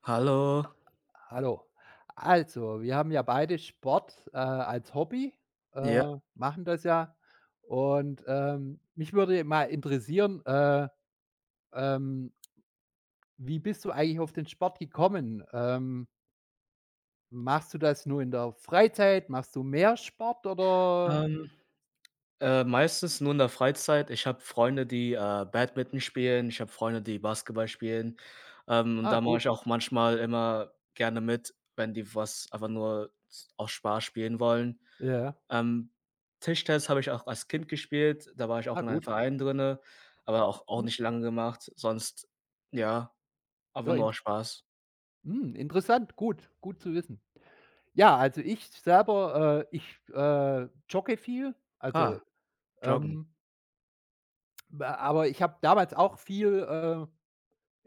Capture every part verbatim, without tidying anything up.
Hallo. Hallo. Also, wir haben ja beide Sport, äh, als Hobby, Ja, äh, machen das ja. Und, ähm, mich würde mal interessieren, äh, ähm, wie bist du eigentlich auf den Sport gekommen? Ähm, machst du das nur in der Freizeit? Machst du mehr Sport oder. ähm, äh, meistens nur in der Freizeit. Ich habe Freunde, die, äh, Badminton spielen. Ich habe Freunde, die Basketball spielen. Ähm, und Ah, da mache gut. ich auch manchmal immer gerne mit, wenn die was einfach nur z aus Spaß spielen wollen. Ja. Ähm, Tischtennis habe ich auch als Kind gespielt. Da war ich Ah, auch in einem gut. Verein drinne, aber auch auch Hm. nicht lange gemacht. Sonst, ja, einfach Ja, nur in aus Spaß. hm, interessant, gut, gut zu wissen. Ja, also ich selber, äh ich, äh, jogge viel, also, Ah, Joggen. ähm B aber ich habe damals auch viel, äh,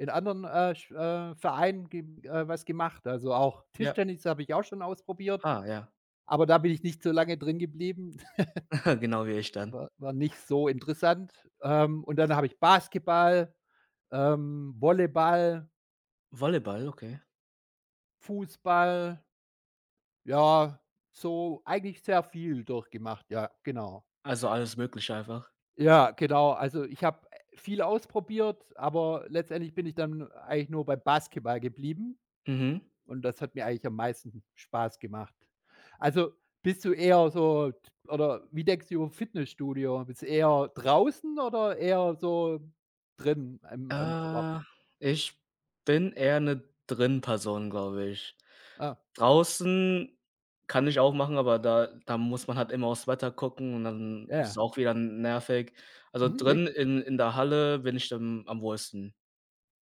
in anderen, äh, Sch äh, Vereinen ge äh, was gemacht. Also, auch Ja. Tischtennis habe ich auch schon ausprobiert, Ah, ja, aber da bin ich nicht so lange drin geblieben. genau wie ich dann. War war nicht so interessant. Ähm, und dann habe ich Basketball, ähm, Volleyball, Volleyball, okay. Fußball, ja, so eigentlich sehr viel durchgemacht. Ja, genau. Also, alles Mögliche einfach. Ja, genau. Also, ich habe, äh, viel ausprobiert, aber letztendlich bin ich dann eigentlich nur beim Basketball geblieben. Mhm. Und das hat mir eigentlich am meisten Spaß gemacht. Also, bist du eher so t oder wie denkst du über Fitnessstudio? Bist du eher draußen oder eher so drin im im Sport? Äh, Ich bin eher 'ne Drin-Person, glaube ich. Ah, Draußen kann ich auch machen, aber da da muss man halt immer aufs Wetter gucken und dann ja, ist es ja. auch wieder nervig. Also, Mhm, drin richtig. in in der Halle bin ich dann am wohlsten.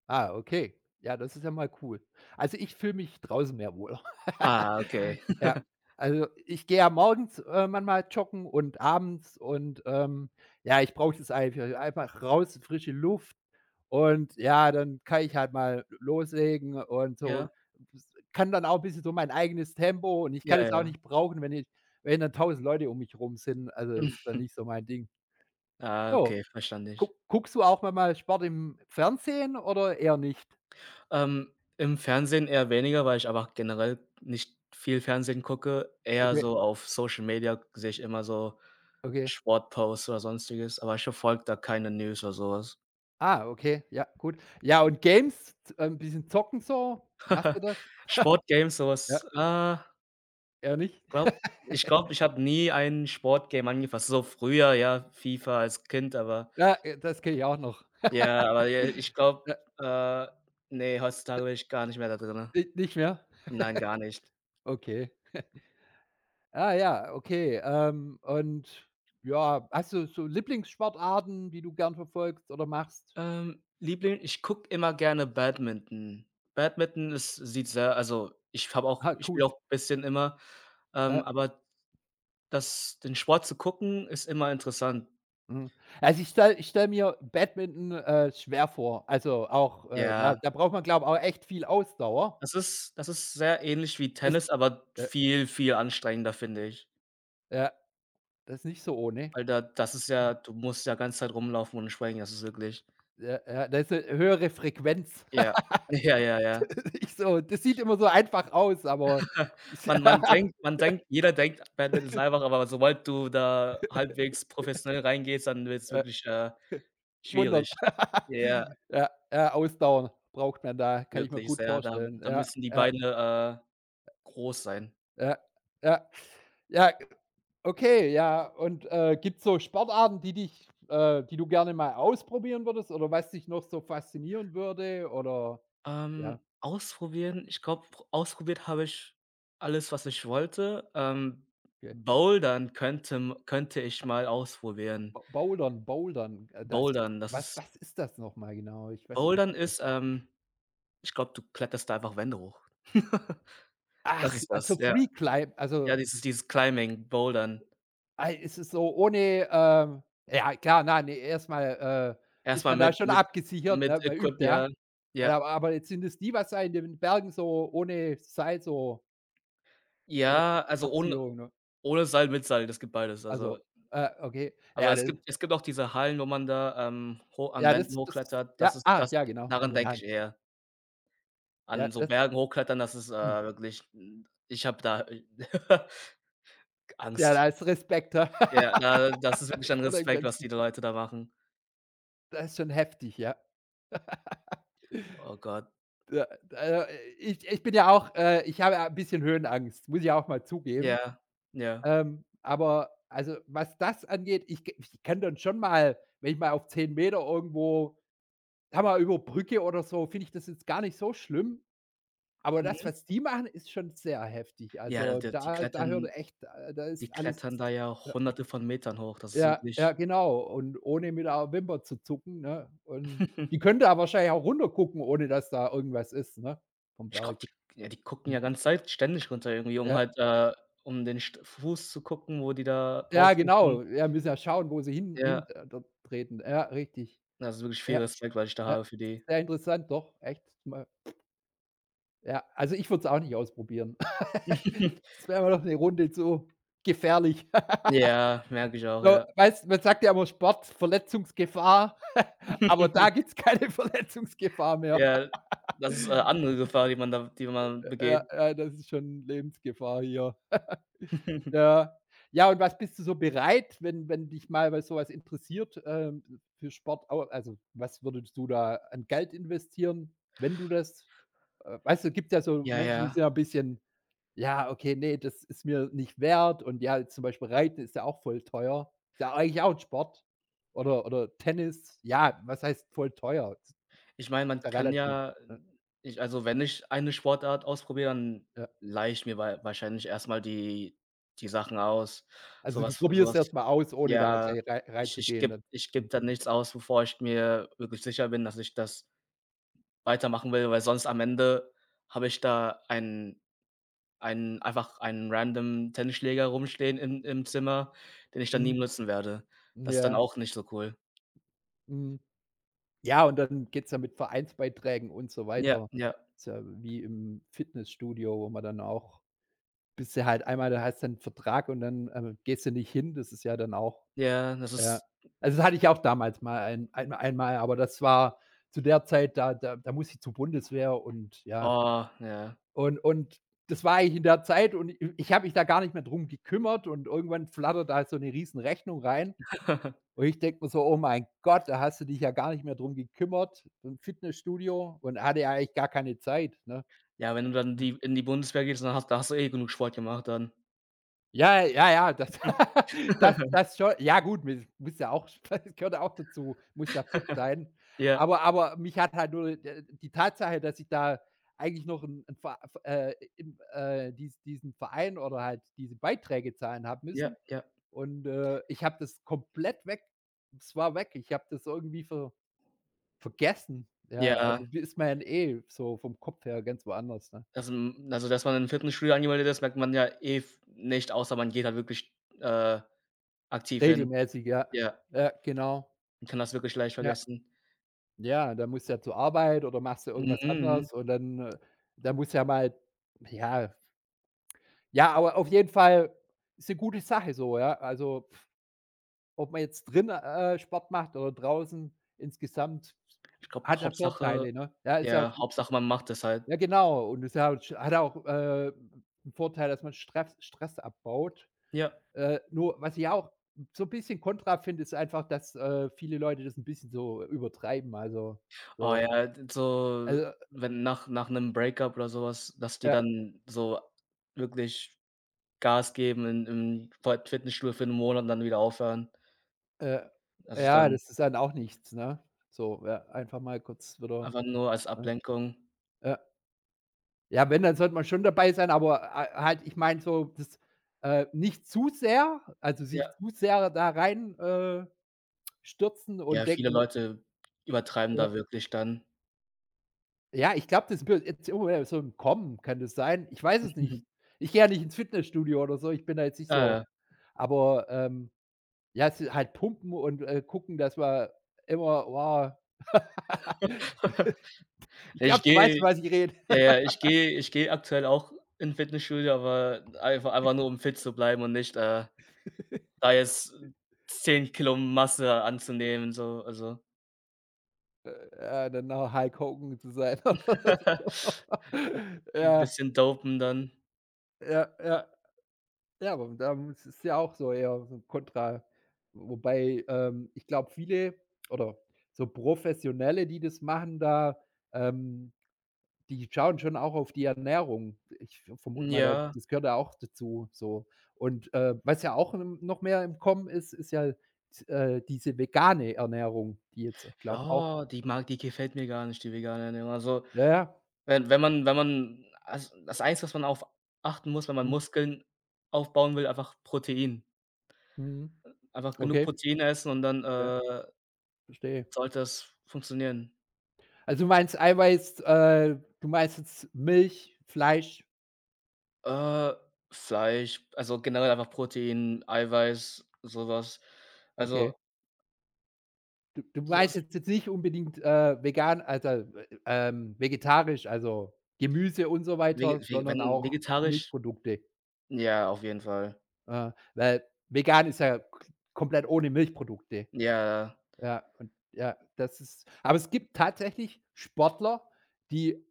Ah, okay. Ja, das ist ja mal cool. Also, ich fühle mich draußen mehr wohl. Ah, okay. Ja, also, ich gehe ja morgens, äh, manchmal joggen und abends und, ähm, ja, ich brauche das einfach einfach raus, frische Luft. Und ja, dann kann ich halt mal loslegen und so Ja, kann dann auch 'n bisschen so mein eigenes Tempo und ich kann ja, es auch ja. nicht brauchen, wenn ich wenn dann tausend Leute um mich rum sind. Also, ist dann nicht so mein Ding. Ah, Ja, okay, verstanden. guck guckst du auch manchmal Sport im Fernsehen oder eher nicht? Ähm, im Fernsehen eher weniger, weil ich aber generell nicht viel Fernsehen gucke. Eher Okay, so auf Social Media sehe ich immer so okay. Sportposts oder Sonstiges, aber ich verfolge da keine News oder sowas. Ah, okay, ja, gut. Ja, und Games, z ähm, bisschen zocken so, machst du das? Sportgames, Ja, sowas? Was, äh, eher nicht? glaube Ich glaube, ich habe nie ein Sportgame angefasst. So früher, ja, FIFA als Kind, aber Ja, äh, das kenne ich auch noch. ja, aber ja, ich glaube, Ja, äh, ne, heutzutage bin ich gar nicht mehr da drinne. ni nicht mehr? Nein, gar nicht. Okay. Ah ja, okay. Ähm, und ja, hast du so Lieblingssportarten, die du gern verfolgst oder machst? Ähm, Liebling, ich gucke immer gerne Badminton. Badminton ist sieht sehr also, ich habe auch Ah, ich cool. spiele auch ein bisschen immer, Äh, ähm, aber das den Sport zu gucken, ist immer interessant. mhm. Also ich stelle ich stelle mir Badminton, äh, schwer vor. Also auch, äh, da Ja, da braucht man, glaube ich, auch echt viel Ausdauer. das ist das ist sehr ähnlich wie Das Tennis, aber äh, viel, viel anstrengender, finde ich. ja, das ist nicht so ohne. Weil da das ist ja, du musst ja ganze Zeit rumlaufen und schwenken, das ist wirklich, Ja, ja, da ist 'ne höhere Frequenz. ja. Ja, ja, ja. Nicht so, das sieht immer so einfach aus, aber Man man denkt man denkt Jeder denkt, Badminton ist einfach, aber sobald du da halbwegs professionell reingehst, dann wird's ja. wirklich, äh, Wundern. schwierig. Ja, Ja, ja, Ausdauer braucht man da, kann ich mir wirklich gut sehr. Da vorstellen. da Ja, müssen die ja, Beine, äh, groß sein. ja, ja, ja, okay, ja. Und, äh, gibt's so Sportarten, die dich äh, die du gerne mal ausprobieren würdest oder was dich noch so faszinieren würde oder ja, Ähm, ausprobieren, ich glaube, pr ausprobiert habe ich alles, was ich wollte. Ähm, okay. Bouldern könnte m könnte ich mal ausprobieren. Bo Bouldern, Bouldern, äh, das Bouldern, das was ist was ist das noch mal genau? Ich weiß nicht, was Bouldern ist das? ist, ähm ich glaube, du kletterst da einfach Wände hoch. Das Ach, ist das, also ja. Free Climb, Ja, also. dieses dieses Climbing, Bouldern. Ah, es ist so ohne, ähm ja klar, nein, ne, erstmal äh, ist Erstmal man da mit schon mit abgesichert, mit ne? Man Equip, übt ja. ja. Ja. Aber aber jetzt sind es die, was da in den Bergen so ohne Seil, so ohne Ja, also ohne Absicherung, ne? ohne Seil, mit Seil, das gibt beides. Also Also, äh, okay. aber Ja, es das gibt es gibt auch diese Hallen, wo man da, ähm, hoch an ja, Wänden das das hochklettert. Das ja, ist ah, das ja, genau, an Daran den denke Haaren. ich eher. Ja, An so das Bergen hochklettern, das ist, äh, hm, wirklich, hm, ich habe da ja, Angst. da ist Respekt. Ja, Ja, da das ist wirklich an vor dem Respekt, was Ganzen. die Leute da machen. Das ist schon heftig, ja. Oh Gott. Ja, da ich ich bin ja auch, äh, ich habe ja 'n bisschen Höhenangst, muss ich auch mal zugeben. Ja, ja. Ähm, aber also, was das angeht, ich k ich kann dann schon mal, wenn ich mal auf zehn Meter irgendwo da mal über Brücke oder so, finde ich das jetzt gar nicht so schlimm. Aber das, Mhm. was die machen, ist schon sehr heftig. Ja, Also, d die da da hört klettern echt, äh, da Die ist alles klettern da ja ja, Hunderte von Metern hoch. Das ist ja, ja, wirklich. genau. Und ohne mit der Wimper zu zucken, ne? Und die könnte da wahrscheinlich auch runtergucken, ohne dass da irgendwas ist, ne, vom Ich Berg. glaube, die ja, die gucken Mhm. ja ganz Zeit ständig runter irgendwie, um Ja, halt, äh um den St Fuß zu gucken, wo die da ja, drauf genau. müssen. Ja, müssen ja schauen, wo sie hin hin Ja, äh, dort treten. Ja, richtig. das ist wirklich viel Ja. Respekt, was ich da Ja, habe für die. sehr interessant, doch, echt mal, ja, also ich würde es auch nicht ausprobieren. Das wäre mir doch eine Runde zu gefährlich. Ja, merke ich auch, So, ja. weißt man sagt ja immer Sport, Verletzungsgefahr, aber da gibt's keine Verletzungsgefahr mehr. Ja, das ist, äh, andere Gefahr, die man da die man Ja, begeht. ja, das ist schon Lebensgefahr hier. Ja. Ja, und was bist du so bereit, wenn wenn dich mal was, so was interessiert, ähm, für Sport au also, was würdest du da an Geld investieren, wenn du das. Äh, weißt du, gibt ja so Ja, Menschen, die sind ja. ja 'n bisschen: „Ja, okay, nee, das ist mir nicht wert" und ja, zum Beispiel Reiten ist ja auch voll teuer. Ist ja eigentlich auch 'n Sport, oder oder Tennis. Ja, was heißt voll teuer? Ist Ich meine, man ja kann relativ, ja ne? ich also, wenn ich eine Sportart ausprobiere, dann Ja. leihe ich mir wei wahrscheinlich erstmal die die Sachen aus. Also, du Sowas, probierst sowas, erst mal aus, ohne da ja, gleich rei ich ich reinzugehen, gebe ne? ich gebe Mhm. da nichts aus, bevor ich mir wirklich sicher bin, dass ich das weitermachen will, weil sonst am Ende habe ich da einen einen einfach einen random Tennisschläger rumstehen im im Zimmer, den ich dann nie Mhm. benutzen werde. Das ist dann Ja. auch nicht so cool. Mhm. Ja, und dann geht's ja mit Vereinsbeiträgen und so Ja, weiter. ja, Ist ja wie im Fitnessstudio, wo man dann auch. Bist du halt einmal da, heißt dann Vertrag und dann, äh, gehst du nicht hin. Das ist ja dann auch, ja, das ja. ist Also, das hatte ich auch damals mal ein ein einmal, aber das war zu der Zeit, da da da musste ich zur Bundeswehr und ja. oh, ja. Und und das war ich in der Zeit und i ich habe mich da gar nicht mehr drum gekümmert und irgendwann flattert da so eine riesen Rechnung rein und ich denke mir so: „Oh mein Gott, da hast du dich ja gar nicht mehr drum gekümmert." Im Fitnessstudio und hatte ja eigentlich gar keine Zeit, ne? Ja, wenn du dann die in die Bundeswehr gehst, dann hast da hast du eh genug Sport gemacht dann. Ja, ja, ja, das das das schon. Ja gut, mi muss ja auch das gehört ja auch dazu, muss ja fit sein. Ja, Aber aber mich hat halt nur d die Tatsache, dass ich da eigentlich noch 'n 'n Ver Ver äh, im äh, dies diesen Verein oder halt diese Beiträge zahlen habe ja, müssen ja. und, äh, ich habe das komplett weg, es war weg. Ich habe das irgendwie ver vergessen. Ja, also Ja, da ist man ja eh so vom Kopf her ganz woanders, ne? also, hm also, dass man im Fitnessstudio angemeldet ist, merkt man ja eh f nicht, außer man geht halt wirklich, äh, aktiv hin. Regelmäßig, ja. Ja, Ja, genau. man kann das wirklich leicht Ja. vergessen. Ja, da musst du ja zur Arbeit oder machst du Mhm, irgendwas mhm. anderes und dann, äh da musst du ja mal, ja, ja, aber auf jeden Fall ist 'ne gute Sache so, ja. Also, ob man jetzt drin, äh, Sport macht oder draußen, insgesamt Ich glaube, hat ja Hauptsache Vorteile, ne? Ja, ist ja ja, Hauptsache, man macht es halt. ja genau und ist ja hat auch, äh, 'n Vorteil, dass man Stress Stress abbaut. Ja. Äh, nur was ich auch so 'n bisschen kontra finde, ist einfach, dass, äh, viele Leute das 'n bisschen so übertreiben, also Oh so. ja, d so, Also, wenn nach nach 'nem Break-up oder so was, dass die ja. dann so wirklich Gas geben in im Fort Fitnessstudio für 'n Monat und dann wieder aufhören. Äh, Also, ja, dann das ist dann auch nichts, ne? So, ja, einfach mal kurz wieder, einfach nur als ähm, Ablenkung. ja. Ja, wenn, dann sollte man schon dabei sein, aber, äh, halt, ich meine so, das, äh, nicht zu sehr, also, Ja. sich zu sehr da rein, äh, stürzen Ja, und viele denken, Leute übertreiben ja, da wirklich dann. ja, ich glaube, das wird jetzt irgendwoher so im Kommen, kann das sein? Ich weiß es nicht. Ich gehe ja nicht ins Fitnessstudio oder so, ich bin da jetzt nicht Ja, so. ja. Aber, ähm, ja, es halt pumpen und, äh, gucken, dass man immer wow. Ich Ich glaube, du weißt, von gehe was ich rede. ja, ja, ich gehe ich gehe aktuell auch in Fitnessstudio, aber einfach einfach nur, um fit zu bleiben und nicht, äh, da jetzt zehn Kilo Masse anzunehmen, so, also Äh, äh, Dann noch Hulk Hogan zu sein. So. ein Ja, bisschen dopen dann. ja, ja. Ja, aber da ist es ja auch so eher so ein kontra, wobei, ähm, ich glaube, viele oder so Professionelle, die das machen da, ähm, die schauen schon auch auf die Ernährung. Ich vermute mal, da Ja. das gehört da auch dazu, so. Und, äh, was ja auch n noch mehr im Kommen ist, ist ja, äh, diese vegane Ernährung, die jetzt, glaube auch, Oh, die mag die gefällt mir gar nicht, die vegane Ernährung. Also, ja, ja. Wenn wenn man wenn man also, das Einzige, was man auf achten muss, wenn man Mhm, Muskeln aufbauen will, einfach Protein. mhm. Einfach genug Okay. Protein essen und dann, Ja. äh, Verstehe. sollte es funktionieren. Also, du meinst Eiweiß, äh, du meinst jetzt Milch, Fleisch, Äh, Fleisch, also, generell einfach Protein, Eiweiß, sowas. okay. Also, Du du so meinst was jetzt jetzt nicht unbedingt, äh, vegan, also, äh, ähm, vegetarisch, also Gemüse und so weiter, vege sondern wenn auch vegetarisch, Milchprodukte. ja, auf jeden Fall. Äh, weil vegan ist ja k komplett ohne Milchprodukte. Ja, Ja, und ja, das ist, aber es gibt tatsächlich Sportler, die.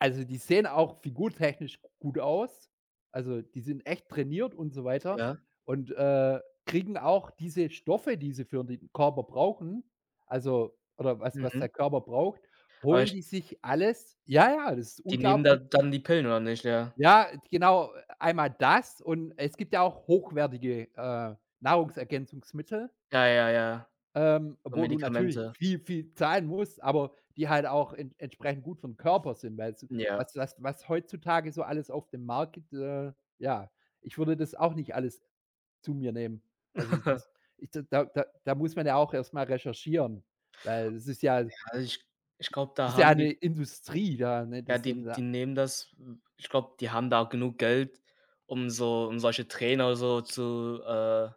Also, die sehen auch figurtechnisch gut aus. Also, die sind echt trainiert und so weiter ja, und, äh, kriegen auch diese Stoffe, die sie für den Körper brauchen, also oder was was mhm. der Körper braucht, Aber holen ich die sich alles, ja, ja, das ist die nehmen da unglaublich. dann die Pillen oder nicht? Ja. Ja, genau, einmal das und es gibt ja auch hochwertige, äh, Nahrungsergänzungsmittel. Ja, ja, ja. Ähm, So wo du natürlich Medikamente. viel, viel zahlen musst, aber die halt auch en entsprechend gut für 'n Körper sind, weil s Ja. was was was heutzutage so alles auf dem Markt gibt, äh, ja, ich würde das auch nicht alles zu mir nehmen. Also, das ich da da da da muss man ja auch erst mal recherchieren, weil es ist ja Also, ich ich glaube, da ist ja haben die 'ne Industrie da, ne? ja, Das sind die die ja nehmen das ich glaube, die haben da auch genug Geld, um so um solche Trainer so zu äh,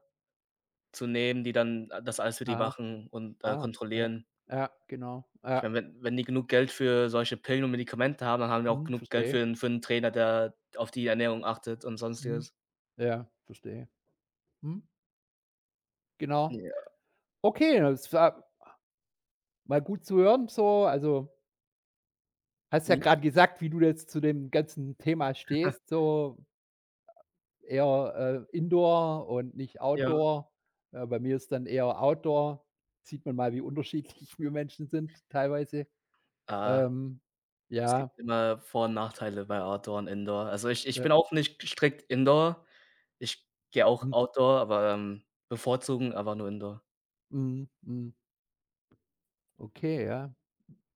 zu nehmen, die dann äh, das alles für die aha, machen und, äh, ah, ja. kontrollieren. Ja, genau. Ich Ja, meine, wenn wenn die genug Geld für solche Pillen und Medikamente haben, dann haben die auch mhm, genug Geld verstehe. für 'n für einen Trainer, der auf die Ernährung achtet und Mhm. Sonstiges. Ja, verstehe. Mhm, genau. Ja. Okay, es war mal gut zu hören so. Also, hast ja J gerade gesagt, wie du jetzt zu dem ganzen Thema stehst, so eher, äh, Indoor und nicht Ja. Outdoor. Äh, bei mir ist dann eher Outdoor. Sieht man mal, wie unterschiedlich wir Menschen sind teilweise. Äh, Ähm, Es gibt ja, immer Vor und Nachteile bei Outdoor und Indoor. Also, ich ich ja. bin auch nicht strikt Indoor. Ich gehe auch Mhm, Outdoor, aber, ähm, bevorzugen aber nur Indoor. mhm, mhm. Okay, ja.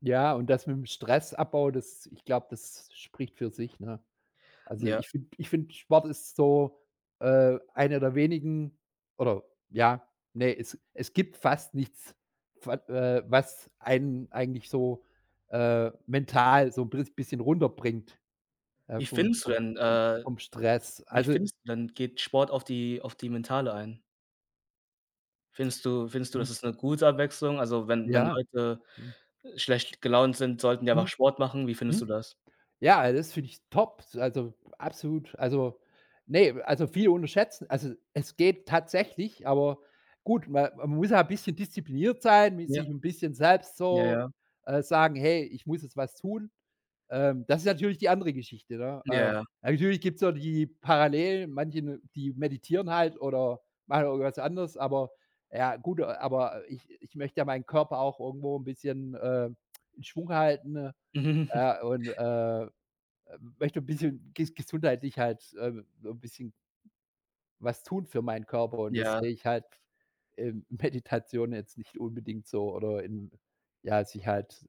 Ja, und das mit dem Stressabbau, das, ich glaube, das spricht für sich, ne? Also, Ja. ich finde ich finde, Sport ist so, äh, einer der wenigen oder ja, nee, es es gibt fast nichts, wa äh, was einen eigentlich so, äh, mental so ein bis bisschen runterbringt, äh, Wie vom findest du vom denn vom äh, vom Stress. Wie Also findest du denn, geht Sport auf die auf die Mentale ein? Findest du findest du, mhm, das ist 'ne gute Abwechslung? Also, wenn wenn ja. Leute Mhm. schlecht gelaunt sind, sollten die einfach Mhm. Sport machen. Wie findest Mhm. du das? Ja, also das finde ich top. Also, absolut. Also, ne, also, viele unterschätzen, also, es geht tatsächlich, aber gut, ma man muss ja 'n bisschen diszipliniert sein, mit Ja, sich 'n bisschen selbst ja, so, ja, äh, sagen: „Hey, ich muss jetzt was tun." Ähm, das ist natürlich die andere Geschichte, ne? Ähm, ja. Natürlich gibt's so die Parallelen, manche, ne, die meditieren halt oder machen irgendwas anderes, aber ja, gut, aber ich ich möchte ja meinen Körper auch irgendwo 'n bisschen, äh, in Schwung halten, ne? Ja, und, äh äh, möchte ein bisschen ges gesundheitlich halt, äh, so ein bisschen was tun für meinen Körper und das Ja, sehe ich halt in Meditation jetzt nicht unbedingt so oder in, ja, sich halt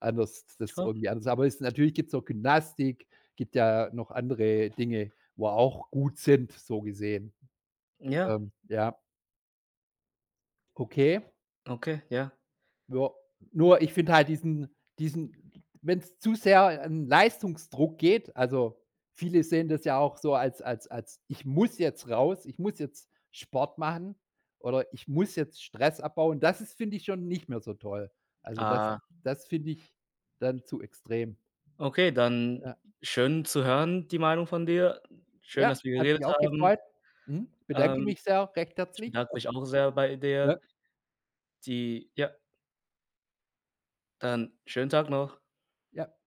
anders, das schon. irgendwie anders, aber es natürlich gibt es auch Gymnastik, gibt ja noch andere Dinge, wo auch gut sind, so gesehen. Ja, Ähm, ja, okay. okay, ja. Ja, nur ich finde halt diesen diesen wenn es zu sehr an Leistungsdruck geht, also, viele sehen das ja auch so als als als: „Ich muss jetzt raus, ich muss jetzt Sport machen oder ich muss jetzt Stress abbauen." Das ist, finde ich, schon nicht mehr so toll. Also, das Ah, das finde ich dann zu extrem. okay, dann Ja. schön zu hören, die Meinung von dir. Schön, Ja, dass wir hat mich geredet auch haben. gefreut. Mhm. Bedanke Ähm, mich sehr recht Ich herzlich. bedanke mich auch sehr bei dir. Ja, Die Ja, dann schönen Tag noch. ja.